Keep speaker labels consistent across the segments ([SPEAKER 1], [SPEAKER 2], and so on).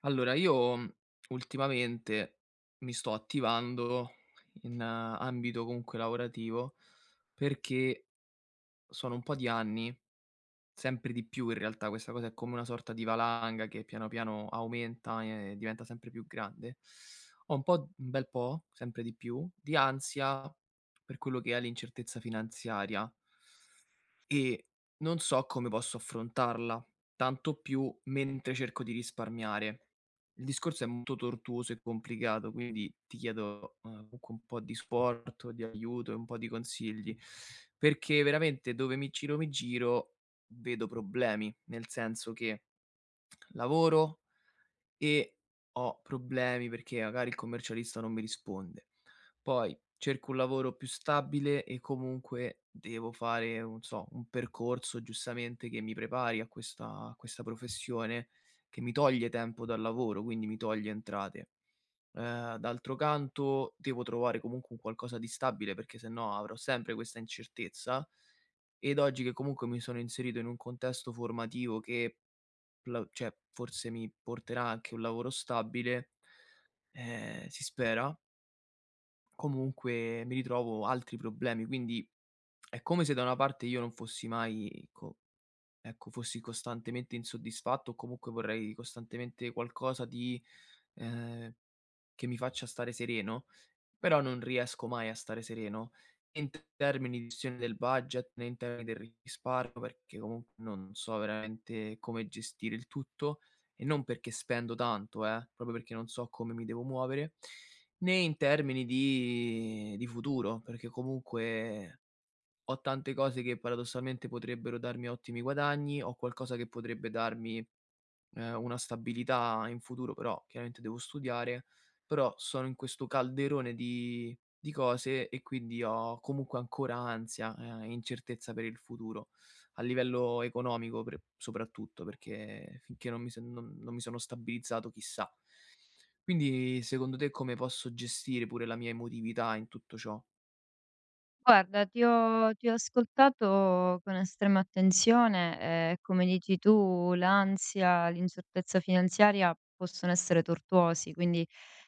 [SPEAKER 1] Allora, io, ultimamente mi sto attivando in ambito comunque lavorativo, perché sono un po' di anni, sempre di più in realtà, questa cosa è come una sorta di valanga che piano piano aumenta e diventa sempre più grande. Ho un po' un bel po', sempre di più, di ansia per quello che è l'incertezza finanziaria. E non so come posso affrontarla, tanto più mentre cerco di risparmiare. Il discorso è molto tortuoso e complicato, quindi ti chiedo, comunque un po' di supporto, di aiuto e un po' di consigli, perché veramente dove mi giro mi giro, vedo problemi, nel senso che lavoro e ho problemi perché magari il commercialista non mi risponde. Poi cerco un lavoro più stabile e comunque devo fare, non so, un percorso giustamente che mi prepari a questa professione che mi toglie tempo dal lavoro, quindi mi toglie entrate. D'altro canto devo trovare comunque un qualcosa di stabile perché se no avrò sempre questa incertezza ed oggi che comunque mi sono inserito in un contesto formativo che la cioè forse mi porterà anche un lavoro stabile, si spera, comunque mi ritrovo altri problemi. Quindi è come se da una parte io non fossi mai co ecco, fossi costantemente insoddisfatto o comunque vorrei costantemente qualcosa di ehm, che mi faccia stare sereno, però non riesco mai a stare sereno, né in termini di gestione del budget, né in termini del risparmio, perché comunque non so veramente come gestire il tutto e non perché spendo tanto, proprio perché non so come mi devo muovere, né in termini di futuro, perché comunque ho tante cose che paradossalmente potrebbero darmi ottimi guadagni, ho qualcosa che potrebbe darmi una stabilità in futuro, però chiaramente devo studiare, però sono in questo calderone di cose e quindi ho comunque ancora ansia, e incertezza per il futuro, a livello economico pre soprattutto, perché finché non mi sono stabilizzato chissà. Quindi secondo te come posso gestire pure la mia emotività in tutto ciò?
[SPEAKER 2] Guarda, ti ho ascoltato con estrema attenzione. E come dici tu, l'ansia, l'incertezza finanziaria possono essere tortuosi, quindi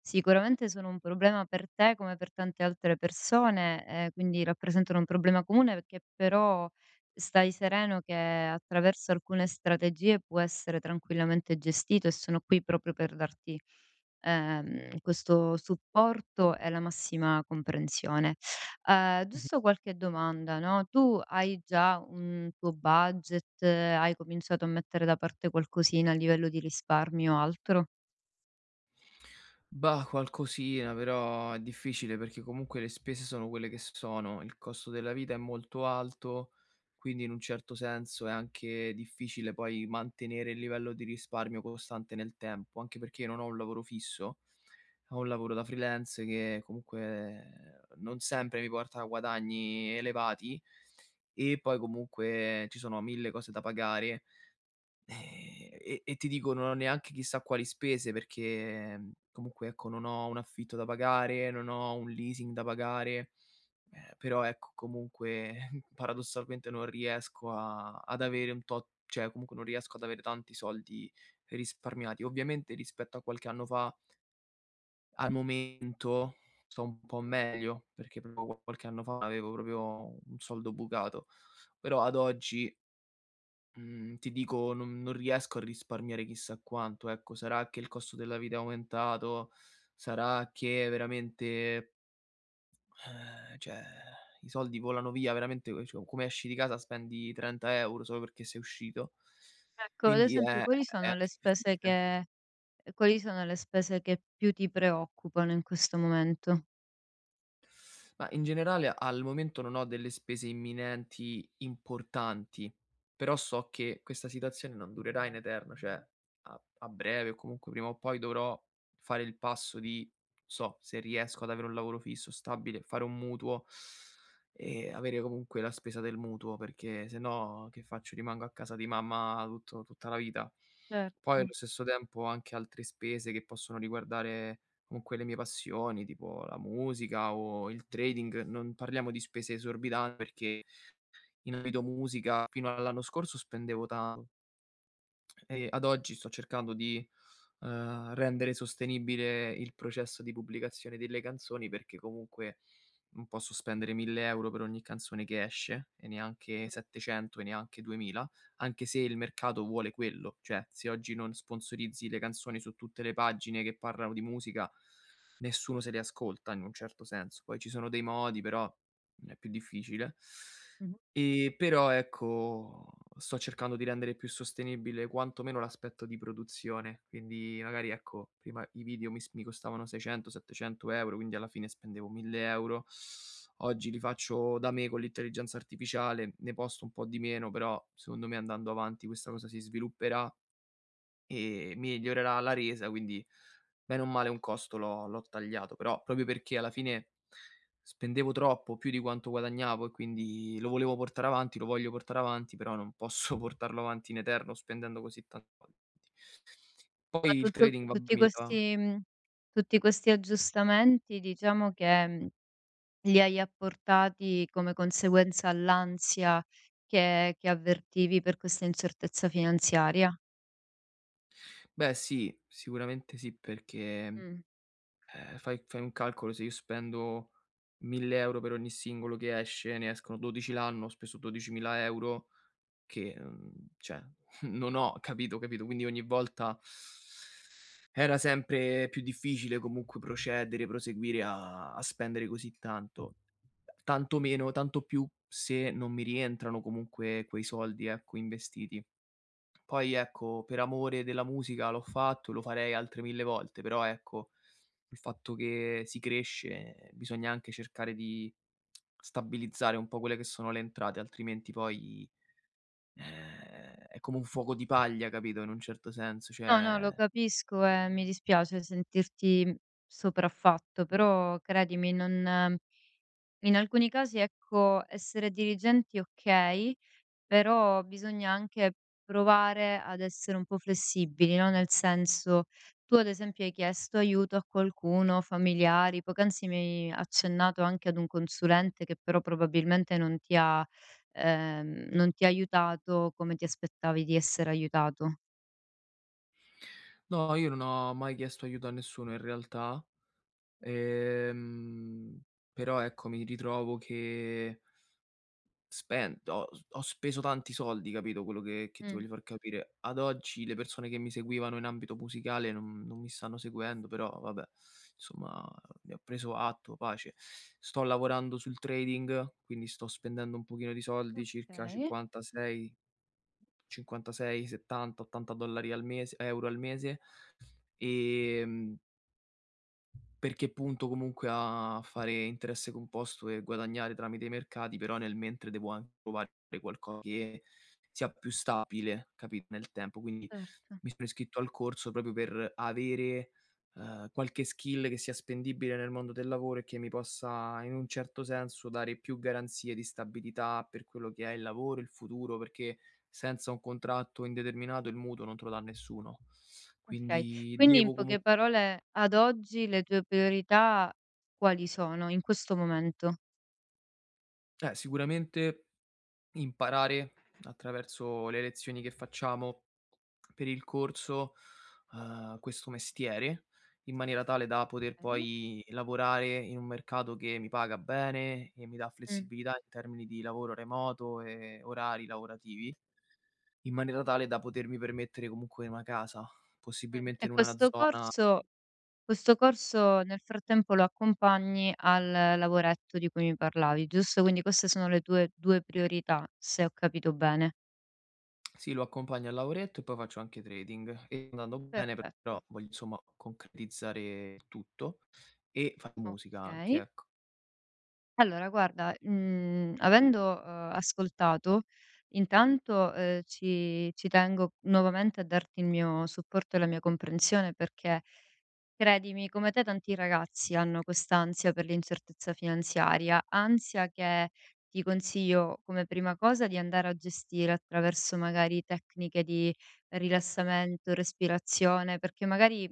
[SPEAKER 2] sicuramente sono un problema per te come per tante altre persone. Quindi rappresentano un problema comune, perché però stai sereno che attraverso alcune strategie può essere tranquillamente gestito, e sono qui proprio per darti, questo supporto e la massima comprensione. Giusto qualche domanda, no? Tu hai già un tuo budget? Hai cominciato a mettere da parte qualcosina a livello di risparmio o altro?
[SPEAKER 1] Bah, qualcosina, però è difficile perché comunque le spese sono quelle che sono, il costo della vita è molto alto, quindi in un certo senso è anche difficile poi mantenere il livello di risparmio costante nel tempo, anche perché io non ho un lavoro fisso, ho un lavoro da freelance che comunque non sempre mi porta a guadagni elevati, e poi comunque ci sono mille cose da pagare, e ti dico, non ho neanche chissà quali spese perché, comunque ecco, non ho un affitto da pagare, non ho un leasing da pagare, però ecco comunque paradossalmente non riesco a ad avere un tot, cioè, comunque non riesco ad avere tanti soldi risparmiati. Ovviamente rispetto a qualche anno fa, al momento sto un po' meglio, perché proprio qualche anno fa avevo proprio un soldo bucato, però ad oggi, Mhmm, ti dico non riesco a risparmiare chissà quanto, ecco. Sarà che il costo della vita è aumentato, sarà che veramente, cioè i soldi volano via veramente, co cioè come esci di casa spendi 30 € solo perché sei uscito.
[SPEAKER 2] Ecco, ad
[SPEAKER 1] Quindi
[SPEAKER 2] esempio
[SPEAKER 1] è anche difficile.
[SPEAKER 2] quali sono le spese che più ti preoccupano in questo momento?
[SPEAKER 1] Ma in generale al momento non ho delle spese imminenti importanti, però so che questa situazione non durerà in eterno, cioè a breve o comunque prima o poi dovrò fare il passo di, so, se riesco ad avere un lavoro fisso, stabile, fare un mutuo e avere comunque la spesa del mutuo, perché se no che faccio? Rimango a casa di mamma tutta la vita.
[SPEAKER 2] Certo.
[SPEAKER 1] Poi allo stesso tempo ho anche altre spese che possono riguardare comunque le mie passioni, tipo la musica o il trading. Non parliamo di spese esorbitanti perché in ambito musica fino all'anno scorso spendevo tanto. E ad oggi sto cercando di, rendere sostenibile il processo di pubblicazione delle canzoni, perché comunque non posso spendere 1000 € per ogni canzone che esce e neanche
[SPEAKER 2] Mh-mh,
[SPEAKER 1] 700 e neanche 2000, anche se il mercato vuole quello. Cioè, se oggi non sponsorizzi le canzoni su tutte le pagine che parlano di musica, nessuno se le ascolta in un certo senso. Poi ci sono dei modi, però è più difficile.
[SPEAKER 2] mh-mh.
[SPEAKER 1] Però ecco, sto cercando di rendere più sostenibile quantomeno l'aspetto di produzione, quindi magari ecco, prima i video mi costavano 600, 700 €, quindi alla fine spendevo 1000 €. Oggi li faccio da me con l'intelligenza artificiale, ne posto un po' di meno, però secondo me andando avanti questa cosa si svilupperà e migliorerà la resa, quindi bene o male un costo l'ho tagliato, però proprio perché alla fine spendevo troppo, più di quanto guadagnavo, e quindi lo volevo portare avanti, lo voglio portare avanti, però non posso portarlo avanti in eterno spendendo così tanti soldi.
[SPEAKER 2] Ma
[SPEAKER 1] Poi il
[SPEAKER 2] tutto
[SPEAKER 1] trading vabbè
[SPEAKER 2] tutti
[SPEAKER 1] mi leva
[SPEAKER 2] questi mhmm, tutti questi aggiustamenti, diciamo, che li hai apportati come conseguenza all'ansia che avvertivi per questa incertezza finanziaria?
[SPEAKER 1] beh sì, sicuramente sì, perché,
[SPEAKER 2] Mh.
[SPEAKER 1] fai un calcolo, se io spendo 1000 € per ogni singolo che esce, ne escono 12 l'anno, ho speso 12.000 €. Che, cioè non ho capito, capito? Quindi ogni volta era sempre più difficile comunque procedere, proseguire a spendere così tanto. Tanto meno tanto più se non mi rientrano comunque quei soldi, ecco, investiti. Poi, ecco, per amore della musica l'ho fatto e lo farei altre 1000 volte, però, ecco, il fatto che si cresce bisogna anche cercare di stabilizzare un po' quelle che sono le entrate, altrimenti poi è come un fuoco di paglia, capito, in un certo senso,
[SPEAKER 2] No, no, lo
[SPEAKER 1] cioè
[SPEAKER 2] capisco e mi dispiace sentirti, sopraffatto, però credimi, non in alcuni casi, ecco, essere dirigenti, okay. Però bisogna anche provare ad essere un po' flessibili, no, nel senso, tu ad esempio hai chiesto aiuto a qualcuno, familiari? Poc'anzi mi hai accennato anche ad un consulente che però probabilmente non ti ha aiutato come ti aspettavi di essere aiutato.
[SPEAKER 1] no, io non ho mai chiesto aiuto a nessuno in realtà, ehm, però ecco mi ritrovo che spen ho s ho speso tanti soldi, capito, quello che ti
[SPEAKER 2] Mh,
[SPEAKER 1] voglio far capire. Ad oggi le persone che mi seguivano in ambito musicale non mi stanno seguendo, però vabbè, insomma ne ho preso atto, pace. Sto lavorando sul trading, quindi sto spendendo un pochino di soldi, circa
[SPEAKER 2] okay,
[SPEAKER 1] 56, 70, 80 dollari al mese, euro al mese, ehm, perché punto comunque a fare interesse composto e guadagnare tramite i mercati, però nel mentre devo anche trovare qualcosa che sia più stabile, capito, nel tempo. Quindi
[SPEAKER 2] certo,
[SPEAKER 1] mi sono iscritto al corso proprio per avere, qualche skill che sia spendibile nel mondo del lavoro e che mi possa in un certo senso dare più garanzie di stabilità per quello che è il lavoro, il futuro, perché senza un contratto indeterminato il mutuo non te lo dà nessuno.
[SPEAKER 2] okay.
[SPEAKER 1] Quindi
[SPEAKER 2] Quindi in
[SPEAKER 1] devo
[SPEAKER 2] poche
[SPEAKER 1] comunque
[SPEAKER 2] parole, ad oggi le tue priorità quali sono in questo momento?
[SPEAKER 1] sicuramente imparare attraverso le lezioni che facciamo per il corso, questo mestiere, in maniera tale da poter
[SPEAKER 2] Okay.
[SPEAKER 1] poi lavorare in un mercato che mi paga bene e mi dà
[SPEAKER 2] Mh, mh.
[SPEAKER 1] flessibilità in termini di lavoro remoto e orari lavorativi, in maniera tale da potermi permettere comunque una casa, possibilmente
[SPEAKER 2] E
[SPEAKER 1] in una
[SPEAKER 2] questo
[SPEAKER 1] zona.
[SPEAKER 2] corso Questo corso nel frattempo lo accompagni al lavoretto di cui mi parlavi, giusto? Quindi queste sono le tue 2 priorità, se ho capito bene.
[SPEAKER 1] Sì, lo accompagno al lavoretto e poi faccio anche trading e sta andando bene,
[SPEAKER 2] Perfetto.
[SPEAKER 1] però voglio insomma concretizzare il tutto e fa musica
[SPEAKER 2] Ok.
[SPEAKER 1] anche, ecco.
[SPEAKER 2] Allora guarda, avendo, ascoltato, intanto, ci tengo nuovamente a darti il mio supporto e la mia comprensione, perché credimi, come te tanti ragazzi hanno quest'ansia per l'incertezza finanziaria, ansia che ti consiglio come prima cosa di andare a gestire attraverso magari tecniche di rilassamento, respirazione, perché magari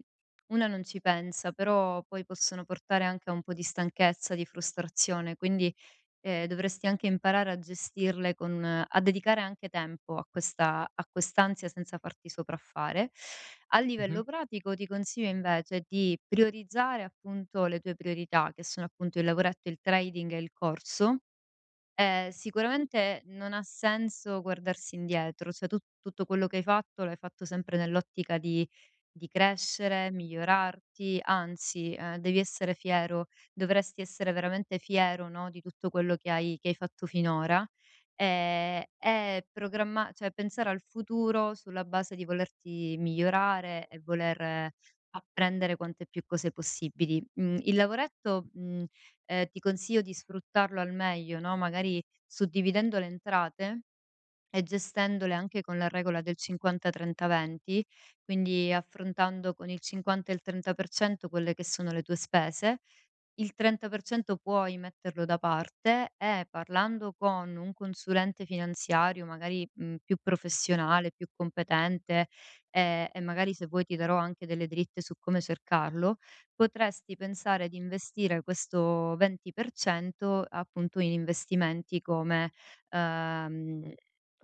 [SPEAKER 2] una non ci pensa, però poi possono portare anche a un po' di stanchezza, di frustrazione. Quindi, dovresti anche imparare a gestirle, con a dedicare anche tempo a questa a quest'ansia senza farti sopraffare. A
[SPEAKER 1] Mh-mh.
[SPEAKER 2] livello pratico ti consiglio invece di priorizzare appunto le tue priorità, che sono appunto il lavoretto, il trading e il corso. Sicuramente non ha senso guardarsi indietro, cioè tu, tutto quello che hai fatto l'hai fatto sempre nell'ottica di crescere, migliorarti. Anzi, devi essere fiero, dovresti essere veramente fiero, no, di tutto quello che hai fatto finora. E, cioè, pensare al futuro sulla base di volerti migliorare e voler apprendere quante più cose possibili. Il lavoretto, ti consiglio di sfruttarlo al meglio, no, magari suddividendo le entrate e gestendole anche con la regola del 50, 30, 20, quindi affrontando con il 50 e il 30% quelle che sono le tue spese. Il 30% puoi metterlo da parte, e parlando con un consulente finanziario magari, più professionale, più competente, e magari, se vuoi, ti darò anche delle dritte su come cercarlo. Potresti pensare di investire questo 20% appunto in investimenti come, ehm,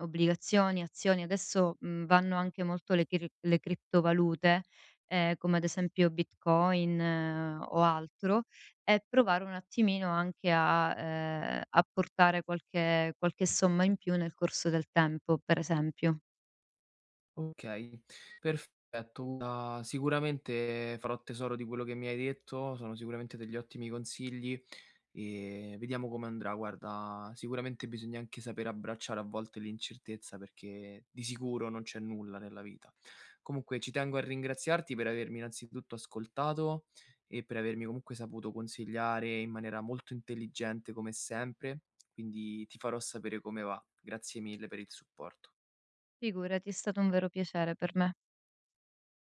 [SPEAKER 2] obbligazioni, azioni. Adesso, vanno anche molto le criptovalute, come ad esempio Bitcoin, o altro, e provare un attimino anche a apportare qualche somma in più nel corso del tempo, per esempio.
[SPEAKER 1] Okay, perfetto. Guarda, sicuramente farò tesoro di quello che mi hai detto, sono sicuramente degli ottimi consigli e vediamo come andrà. Guarda, sicuramente bisogna anche saper abbracciare a volte l'incertezza, perché di sicuro non c'è nulla nella vita. Comunque ci tengo a ringraziarti per avermi innanzitutto ascoltato e per avermi comunque saputo consigliare in maniera molto intelligente come sempre, quindi ti farò sapere come va. Grazie mille per il supporto.
[SPEAKER 2] Figurati, è stato un vero piacere per me.